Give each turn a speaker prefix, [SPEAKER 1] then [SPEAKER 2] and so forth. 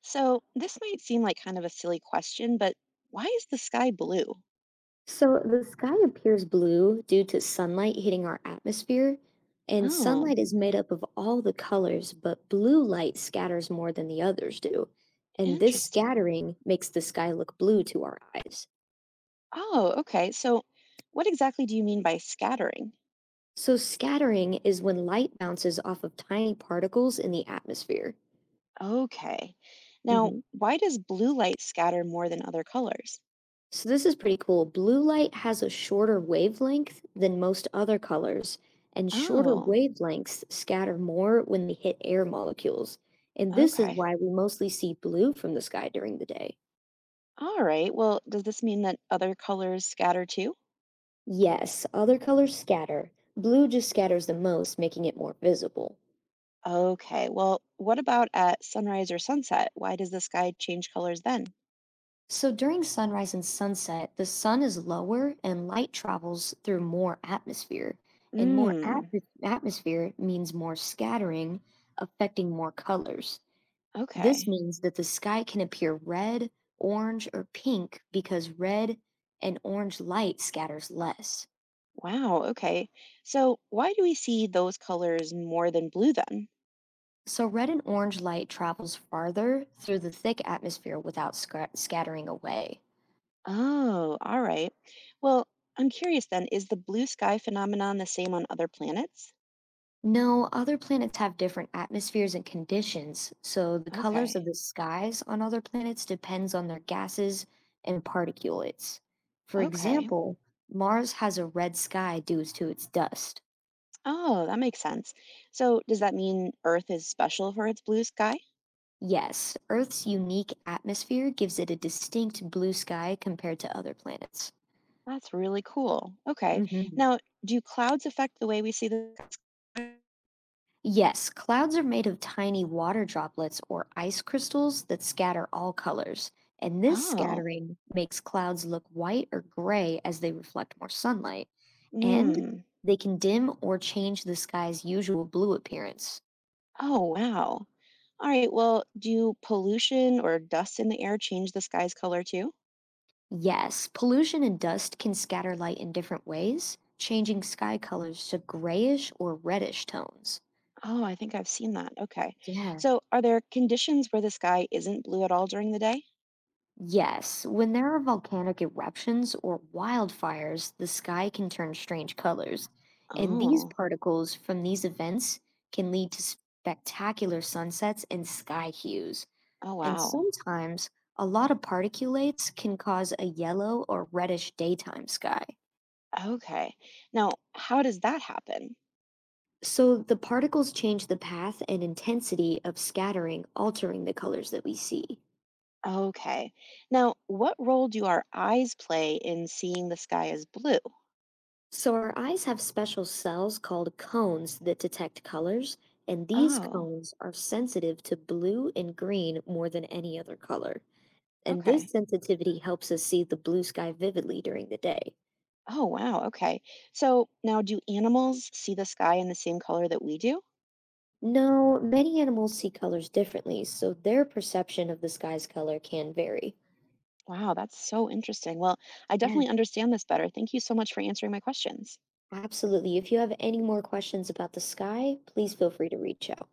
[SPEAKER 1] So, this might seem like kind of a silly question, but why is the sky blue?
[SPEAKER 2] So the sky appears blue due to sunlight hitting our atmosphere, and
[SPEAKER 1] Oh,
[SPEAKER 2] sunlight is made up of all the colors, but blue light scatters more than the others do. And this
[SPEAKER 1] interesting.
[SPEAKER 2] scattering makes the sky look blue to our eyes.
[SPEAKER 1] Oh, okay. So, what exactly do you mean by scattering?
[SPEAKER 2] So scattering is when light bounces off of tiny particles in the atmosphere.
[SPEAKER 1] Okay. Now,
[SPEAKER 2] Mm-hmm.
[SPEAKER 1] why does blue light scatter more than other colors?
[SPEAKER 2] So this is pretty cool. Blue light has a shorter wavelength than most other colors, and shorter
[SPEAKER 1] Oh,
[SPEAKER 2] wavelengths scatter more when they hit air molecules. And this is
[SPEAKER 1] okay.
[SPEAKER 2] why we mostly see blue from the sky during the day.
[SPEAKER 1] All right. Well, does this mean that other colors scatter too?
[SPEAKER 2] Yes, other colors scatter. Blue just scatters the most, making it more visible.
[SPEAKER 1] Okay. Well, what about at sunrise or sunset? Why does the sky change colors then?
[SPEAKER 2] So during sunrise and sunset, the sun is lower and light travels through more atmosphere. And more
[SPEAKER 1] Mm,
[SPEAKER 2] atmosphere means more scattering, affecting more colors. This
[SPEAKER 1] okay.
[SPEAKER 2] means that the sky can appear red, orange, or pink because red and orange light scatters less.
[SPEAKER 1] Wow, okay. So why do we see those colors more than blue then?
[SPEAKER 2] So, red and orange light travels farther through the thick atmosphere without scattering away.
[SPEAKER 1] Oh, all right. Well, I'm curious then, is the blue sky phenomenon the same on other planets?
[SPEAKER 2] No, other planets have different atmospheres and conditions, so the colors
[SPEAKER 1] Okay,
[SPEAKER 2] of the skies on other planets depends on their gases and particulates. For
[SPEAKER 1] okay.
[SPEAKER 2] example, Mars has a red sky due to its dust.
[SPEAKER 1] Oh, that makes sense. So does that mean Earth is special for its blue sky?
[SPEAKER 2] Yes, Earth's unique atmosphere gives it a distinct blue sky compared to other planets.
[SPEAKER 1] That's really cool. Okay.
[SPEAKER 2] Hmm.
[SPEAKER 1] Now, do clouds affect the way we see the
[SPEAKER 2] Yes, clouds are made of tiny water droplets or ice crystals that scatter all colors, and this
[SPEAKER 1] Oh,
[SPEAKER 2] scattering makes clouds look white or gray as they reflect more sunlight, and
[SPEAKER 1] Hmm.
[SPEAKER 2] they can dim or change the sky's usual blue appearance.
[SPEAKER 1] Oh, wow. All right. Well, do pollution or dust in the air change the sky's color too?
[SPEAKER 2] Yes, pollution and dust can scatter light in different ways, changing sky colors to grayish or reddish tones.
[SPEAKER 1] Oh, I think I've seen that. Okay.
[SPEAKER 2] Yeah.
[SPEAKER 1] So, are there conditions where the sky isn't blue at all during the day?
[SPEAKER 2] Yes, when there are volcanic eruptions or wildfires, the sky can turn strange colors, and these
[SPEAKER 1] Oh,
[SPEAKER 2] particles from these events can lead to spectacular sunsets and sky hues.
[SPEAKER 1] oh,
[SPEAKER 2] And
[SPEAKER 1] wow.
[SPEAKER 2] sometimes a lot of particulates can cause a yellow or reddish daytime sky.
[SPEAKER 1] Okay. Now, how does that happen?
[SPEAKER 2] So the particles change the path and intensity of scattering, altering the colors that we see.
[SPEAKER 1] Okay. Now, what role do our eyes play in seeing the sky as blue?
[SPEAKER 2] So our eyes have special cells called cones that detect colors, and these
[SPEAKER 1] Oh,
[SPEAKER 2] cones are sensitive to blue and green more than any other color. And this
[SPEAKER 1] okay.
[SPEAKER 2] sensitivity helps us see the blue sky vividly during the day.
[SPEAKER 1] Oh, wow. Okay. So, now do animals see the sky in the same color that we do?
[SPEAKER 2] No, many animals see colors differently, so their perception of the sky's color can vary.
[SPEAKER 1] Wow, that's so interesting. Well, I
[SPEAKER 2] Yeah,
[SPEAKER 1] definitely understand this better. Thank you so much for answering my questions.
[SPEAKER 2] absolutely. If you have any more questions about the sky, please feel free to reach out.